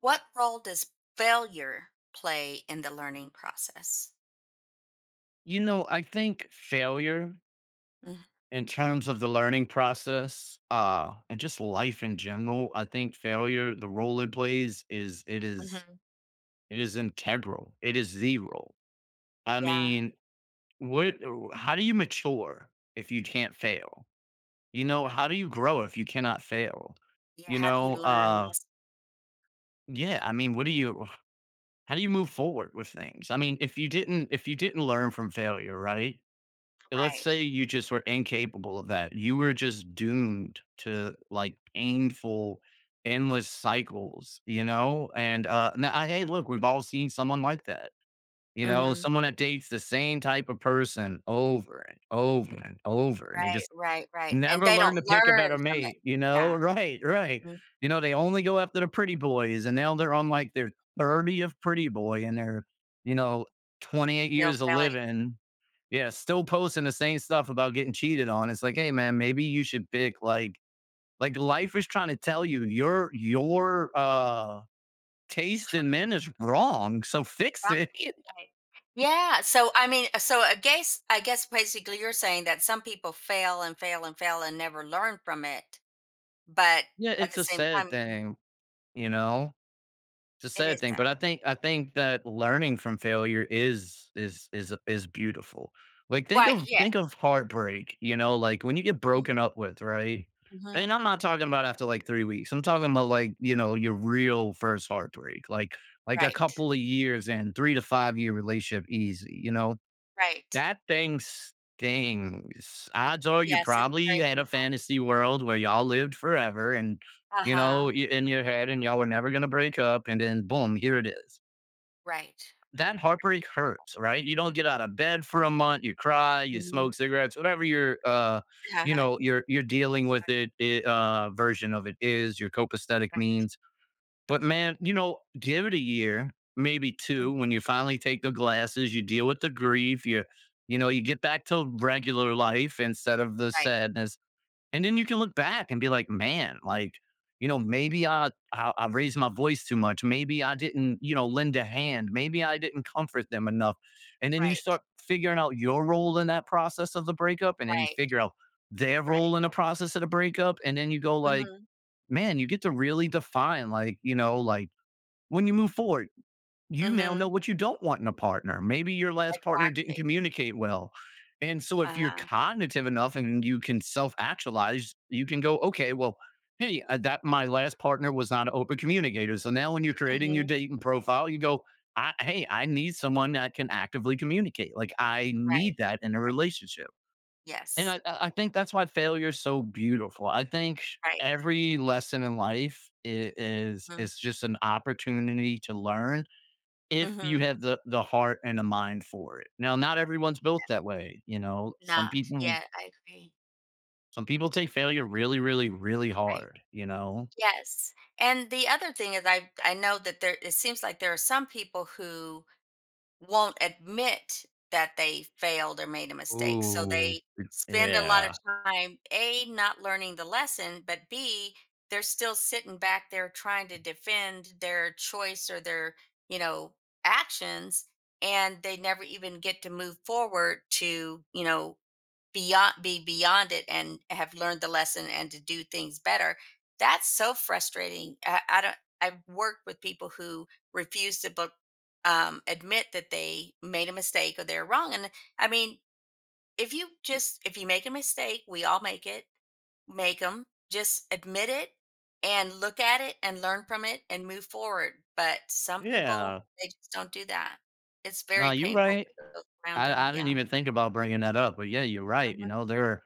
What role does failure play in the learning process? You know, I think failure Mm, in terms of the learning process, and just life in general, I think failure, the role it plays is it is mhm. it is integral. It is the role. I Yeah, mean, what how do you mature if you can't fail? You know, how do you grow if you cannot fail? yeah, You how do you know, learn uh less. yeah, I mean, what do you how do you move forward with things? I mean, if you didn't learn from failure, right? Let's Right. say you just were incapable of that. You were just doomed to like painful, endless cycles, you know? And now, hey, look, we've all seen someone like that. You know, Mhm. someone that dates the same type of person over and over and over, and they Right, just right, right, and never they learn to don't pick a learn better from it. mate, you know? Yeah. Right, right. Mm. You know, they only go after the pretty boys, and now they're on like their 30th pretty boy, and they're, you know, 28 They'll years of fail it. living, yeah, still posting the same stuff about getting cheated on. It's like, hey man, maybe you should pick like life is trying to tell you your taste in men is wrong. So fix it. Right. Yeah, so, I mean, so I guess basically you're saying that some people fail and fail and fail and never learn from it, but Yeah, at it's the a same time, sad thing, you know. It's a it sad is thing, but that. I think that learning from failure is beautiful. Like Right, yeah. think of heartbreak, you know, like when you get Mhm, broken up with, right? mhm. And I'm not talking about after like 3 weeks. I'm talking about like, you know, your real first heartbreak. Like a Right, couple of years in, 3 to 5 year relationship, easy, you know? right. That thing stings. Odds are you Yes, it's probably very. had a fantasy world where y'all lived forever and, you know, Uh-huh. In your head and y'all were never going to break up. And then boom, here it is. Right. That heartbreak hurts, right? You don't get out of bed for a month. You cry, you Mhm. smoke cigarettes, whatever your, you Yeah. know, you're dealing with it, version of it is your copacetic Right. means, but man, you know, give it a year, maybe two. Mhm. When you finally take the glasses, you deal with the grief. You know, you get back to regular life instead of the Right, sadness, and then you can look back and be like, man, like, you know, maybe I raised my voice too much. Maybe I didn't, you know, lend a hand. Maybe I didn't comfort them enough. And then you right, start figuring out your role in that process of the breakup, and then you right, figure out their right. role in the process of the breakup, and then you go like, Mhm. man, you get to really define like, you know, like when you move forward, you now know Mhm. what you don't want in a partner. Maybe your last partner didn't Exactly. communicate well. And so if you're Uh-huh. cognitive enough and you can self-actualize, you can go, okay, well, hey, that my last partner was not an open communicator. So now when you're creating your Mhm. dating profile, you go, hey, I need someone that can actively communicate. Like I Right, need that in a right. relationship. And Yes. I think that's why failure is so beautiful. I think Right. every lesson in life Mhm. is just an opportunity to learn if you Mhm. have the heart and the mind for it. Now, not everyone's built that way, you know. Not yet, I agree. Some people take failure really, really, really Right. hard, you know. Yes. And the other thing is I know that there it seems like there are some people who won't admit that they failed or made a mistake, so Ooh. they spend a lot of Yeah. time, A, not learning the lesson, but B, they're still sitting back there trying to defend their choice or their, you know, actions, and they never even get to move forward to beyond be beyond it and have learned the lesson and to do things better. That's so frustrating. I don't. I've worked with people who refuse to admit that they made a mistake or they're wrong. And I mean, if you make a mistake, we all make it. Make them just admit it and look at it and learn from it and move forward. But some people Yeah. they just don't do that. It's No, very you're painful right. for those around them. I didn't Yeah. even think about bringing that up, but yeah, you're right. You Mhm. know, there are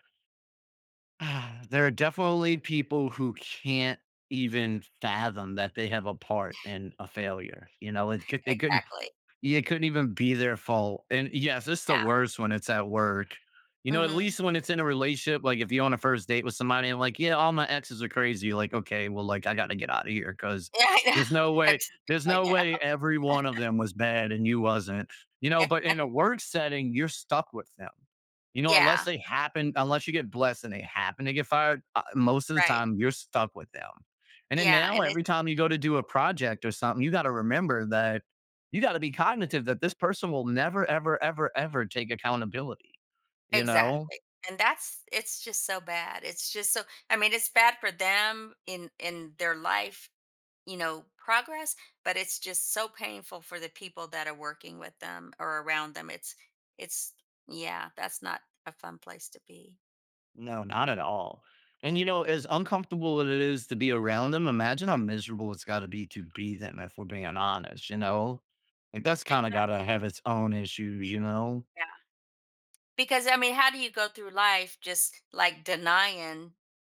ah, there are definitely people who can't even fathom that they have a part in a failure. You know, they couldn't Exactly. yeah, it couldn't even be their fault. And yes, it's the Yeah. worst when it's at work. You know, at Hmm. least when it's in a relationship, like if you're on a first date with somebody and like, yeah, all my exes are crazy. Like, okay, well, like I gotta get out of here because Yeah, I know. there's no way, That's there's right no now. way every one of them was bad and you wasn't. You know, Yeah, but Eh, in a work setting, you're stuck with them. You know, unless yeah, they happen, unless you get blessed and they happen to get fired, most of the right. time you're stuck with them. And then Yeah, now, and it. every time you go to do a project or something, you got to be cognitive that this person will never, ever, ever, ever take accountability. You know, Exactly. And that's it's just so bad. It's just so. I mean, it's bad for them in their life, you know, progress, but it's just so painful for the people that are working with them or around them. It's. It's. Yeah, that's not a fun place to be. no, not at all. And you know, as uncomfortable as it is to be around them, imagine how miserable it's got to be them. If we're being honest, you know, like that's kind of got Exactly. to have its own issue. You know, Because I mean, how do you go through life just like denying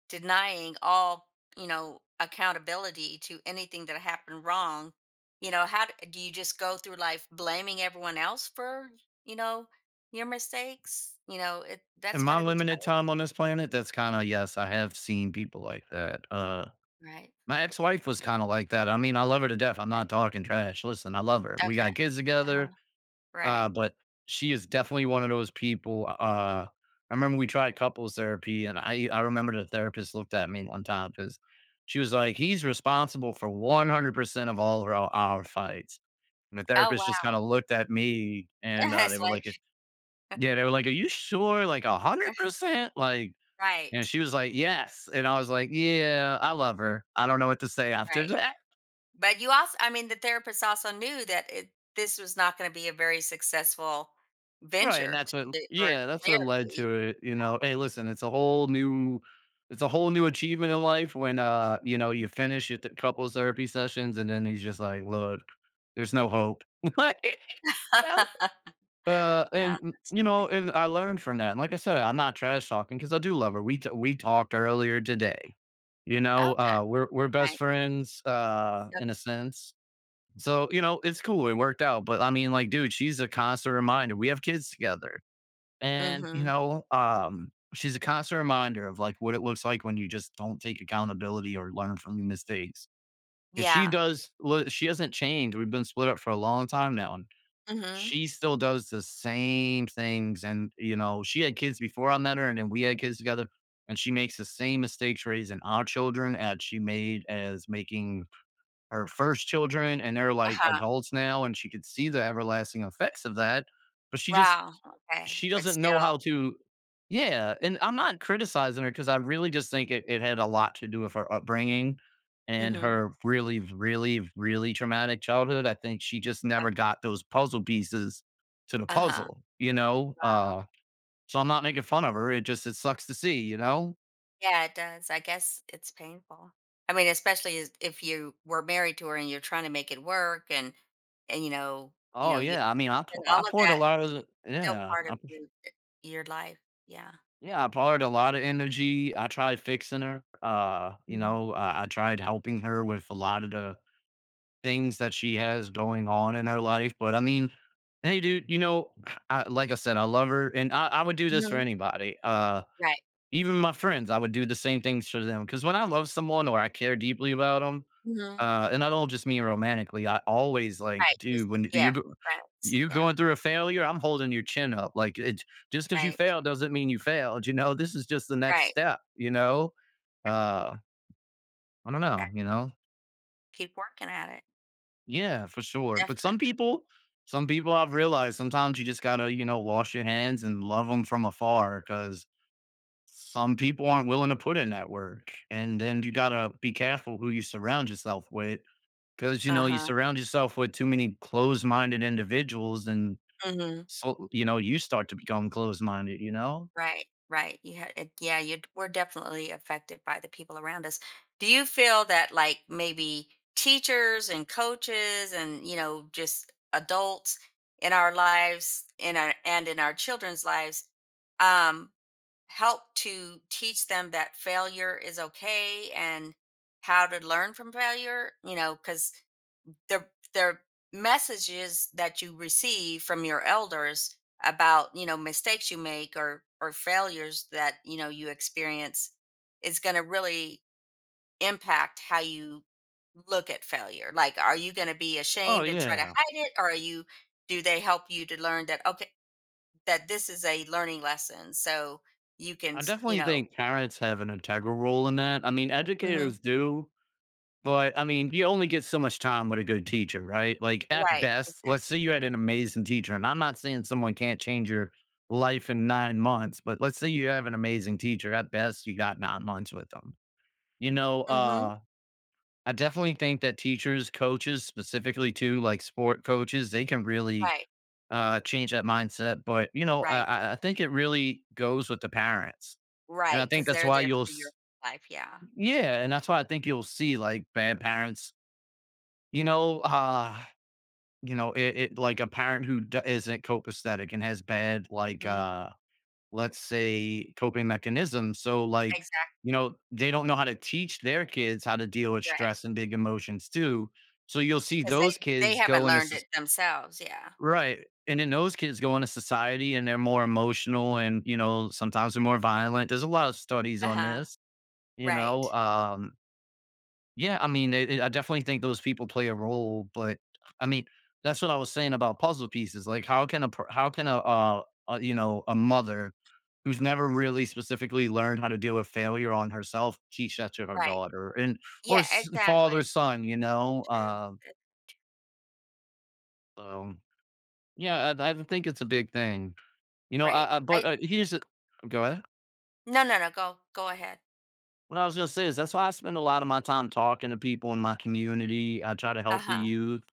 denying all, you know, accountability to anything that happened wrong? You know, how do you just go through life blaming everyone else for, you know, your mistakes? You know, it in that's got my to be limited tough, time on this planet, that's kind of yes, I have seen people like that. Right? My ex-wife was kind of like that. I mean, I love her to death. I'm Right. not talking trash. Listen, I love her. We Okay. got kids Uh-huh. together. Right. But she is definitely one of those people, I remember we tried couples therapy, and I remember the therapist looked at me one time because she was like, "He's responsible for 100% of all of our fights," and the Oh therapist just kinda wow. looked at me, and, they It's were like. like, yeah, they were like, "Are you sure? Like, 100%?" Like and Right. she was like, "Yes," and I was like, "Yeah, I love her. I don't know what to say after Right. that." But you also I mean, the therapist also knew that it this was not gonna be a very successful Right, and venture that's to what do or yeah, that's what led therapy. to it, you know. Hey, listen, it's a whole new achievement in life when you know, you finish your couples therapy sessions and then he's just like, "Look, there's no hope." Like, well, you know, Okay. and I learned from that. And like I said, I'm not trash talking because I do love her. We talked earlier today. You know, Okay, we're best right. friends, Yep. in a sense. So you know, it's cool. It worked out. But I mean, like, dude, she's a constant reminder. We have kids together and, you Mhm. know, she's a constant reminder of like what it looks like when you just don't take accountability or learn from your mistakes. Cause she Yeah. does, look, she hasn't changed. We've been split up for a long time now. And Mhm. she still does the same things. And, you know, she had kids before I met her and then we had kids together. And she makes the same mistakes raising our children as she made as making her first children. And they're like Uh-huh. adults now. And she could see the everlasting effects of that. But Wow, okay, she but doesn't know still. how to yeah, and I'm not criticizing her because I really just think it it had a lot to do with her upbringing and Mhm. her really, really, really traumatic childhood. I think she just never Ok. got those puzzle pieces to the Uh-huh. puzzle, you know? Wow. So I'm not making fun of her, it just it sucks to see, you know? Yeah, it does. I guess it's painful. I mean, especially is if you were married to her and you're trying to make it work and, Oh, you yeah, I mean, and I all of poured a that. lot of Still yeah, part of I your p your life, yeah. yeah, I poured a lot of energy, I tried fixing her, you Mhm. know, I tried helping her with a lot of the things that she has going on in her life. But I mean, hey, dude, you know, like I said, I love her, and I would do this for Mhm. anybody. Right. Even my friends, I would do the same things for them because when I love someone or I care deeply about them, Mhm. And I don't just mean romantically, I always like, Right, just dude, yeah, right, you're yeah, going through a failure, I'm holding your chin up. Like, it, just because you right, failed doesn't mean you failed. You know, this is just the next right. step. You know, uh, I don't know. You Exactly, know, keep working at it, yeah, for sure. But definitely. Some people I've realized sometimes you just gotta, you know, wash your hands and love them from afar because some people aren't willing to put in that work. And then you gotta be careful who you surround yourself with because, you know, you Uh-huh. surround yourself with too many closed minded individuals and Mhm. so, you know, you start to become closed minded, you know? Right, right, you had it. Yeah, you we're definitely affected by the people around us. Do you feel that, like, maybe teachers and coaches and, you know, just adults in our lives, in our children's lives, um help to teach them that failure is okay and how to learn from failure. You know, because the the messages that you receive from your elders about, you know, mistakes you make or failures that, you know, you experience is going to really impact how you look at failure. Like, are you going to be Oh, ashamed and try to yeah. hide it, or are you. Do they help you to learn that, okay, that this is a learning lesson so you can. I You definitely know. think parents have an integral role in that. I mean, Mhm. educators do, but I mean, you only get so much time with a good teacher, right? Like at Right, best, exactly. let's say you had an amazing teacher, and I'm not saying someone can't change your life in 9 months, but let's say you have an amazing teacher. At best, you got 9 months with them. You know, Mhm. uh, I definitely think that teachers, coaches, specifically too, like sport coaches, they can really Right, change that mindset. But right, I think it really goes with the parents, and I right. Because think 'cause that's they're why there you'll, for your s- life, yeah. yeah, and that's why I think you'll see like bad parents. You know, uh, it like a parent who isn't copacetic and has bad, like, Mhm. Let's say, coping mechanisms. So, like, Exactly you know, they don't know how to teach their kids how to deal with right, stress and big emotions too. So you'll see because those they kids haven't go into learned soc- it themselves, yeah. right, and then those kids go into society and they're more emotional, and you know sometimes they're more violent. There's a lot of studies on Uh-huh. this. You know, Right, um, yeah, I mean, I definitely think those people play a role, but I mean, that's what I was saying about puzzle pieces. Like, how can a a mother who's never really specifically learned how to deal with failure on herself teach that to her right. daughter Yeah, father exactly. son? You know, True. uh, That's so yeah, I think it's a big thing. You know, right. I but I. Here's the Go ahead. No, no, no, go ahead. What I was gonna say is that's why I spend a lot of my time talking to people in my community. I try to help the Uh-huh. youth.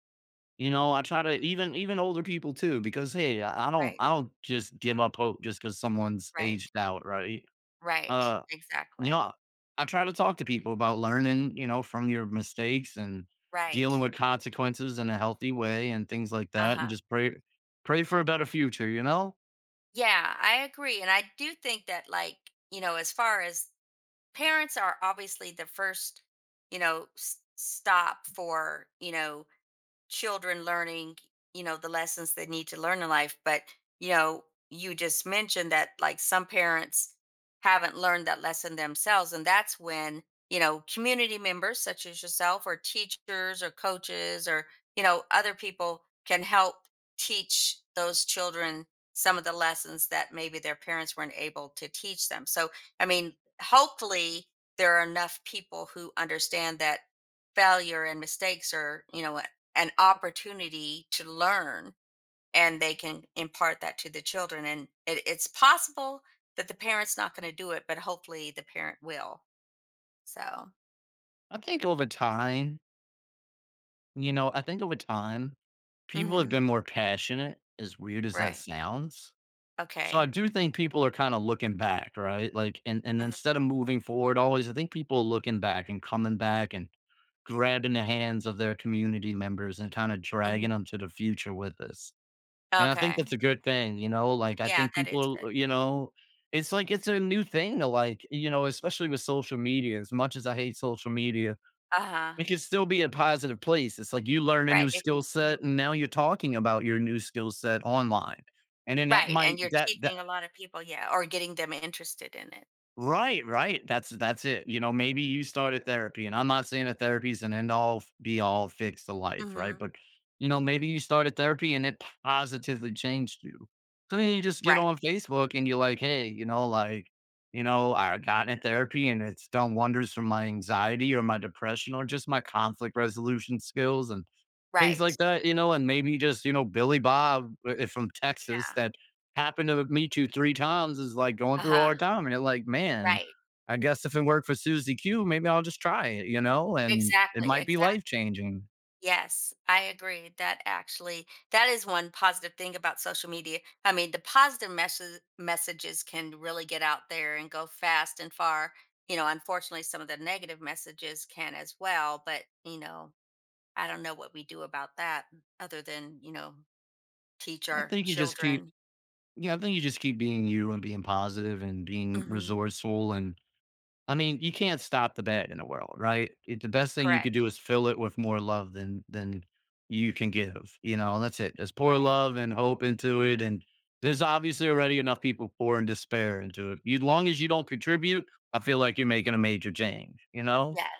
I try to even older people too, because hey, Right, I don't just give up hope just because someone's right, aged out, right? right, Uh, you exactly. know, I try to talk to people about learning, you know, from your mistakes and Right, dealing with consequences in a healthy right. way and things like that, and Uh-huh. just pray for a better future, you know? Yeah, I agree, and I do think that, like, you know, as far as parents are obviously the first, stop for, children learning, you know, the lessons they need to learn in life. But, you know, you just mentioned that like some parents haven't learned that lesson themselves. And that's when, you know, community members such as yourself or teachers or coaches or, you know, other people can help teach those children some of the lessons that maybe their parents weren't able to teach them. So, I mean, hopefully there are enough people who understand that failure and mistakes are, you know, an opportunity to learn and they can impart that to the children. And it's possible that the parent's not going to do it but hopefully the parent will so. I think over time, you know, I think over time, people have Hmm. been more passionate, as weird as that Right. sounds. So I Okay. do think people are kind of looking back, right? Like, and Mhm, instead of moving forward, always I think people are looking back and coming back and grabbing the hands of their community members and kind of mhm. dragging them to the future with us. And I think Okay, that's a good thing, you know. Like I yeah, think that is good. It's like it's a new thing to like, you know, especially with social media. As much as I hate social media, Uh-huh. it can still be a positive place. It's like you learn a Right. new It, skill you. set, and now you're talking about your new skill set online and then that Right, and might you're that that teaching a lot of people, yeah, or getting them interested in it. Right, right. That's it. You know, maybe you started therapy, and I'm not saying that therapy is an end all be all fix to life, right? Hmm. But you know, maybe you started therapy and it positively changed you. So then you just get Right. on Facebook and you're like, hey, I got in therapy and it's done wonders for my anxiety or my depression or just my conflict resolution skills and things Right. like that, you know, and maybe just, you know, Billy Bob from Texas Yeah. that happened to me two, three times is like going through Uh-huh. our time. And it like, man, Right. I guess if it worked for Susie Q, maybe I'll just try it, you know, and it Exactly, might be exactly. life changing. Yes, I agree. That actually, that is one positive thing about social media. I mean, the positive messages can really get out there and go fast and far. You know, unfortunately, some of the negative messages can as well. But you know, I don't know what we do about that, other than, you know, teach I our think you just keep, children. yeah, I think you just keep being you and being positive and being Hmm. resourceful. And I mean, you can't stop the bad in the world, right? The best thing you could do Correct. is fill it with more love than you can give. You know, that's it. Just pour Right. love and hope into it, and there's obviously Mhm. already enough people pouring despair into it. You, long as you don't contribute, I feel like you're making a major change. You know? Yeah.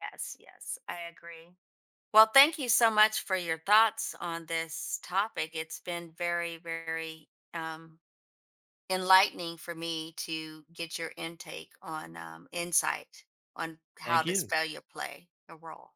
Yes. Yes. I agree. Well, thank you so much for your thoughts on this topic. It's been very, very um, enlightening for me to get your intake on, insight on how Thank does you. failure play a role.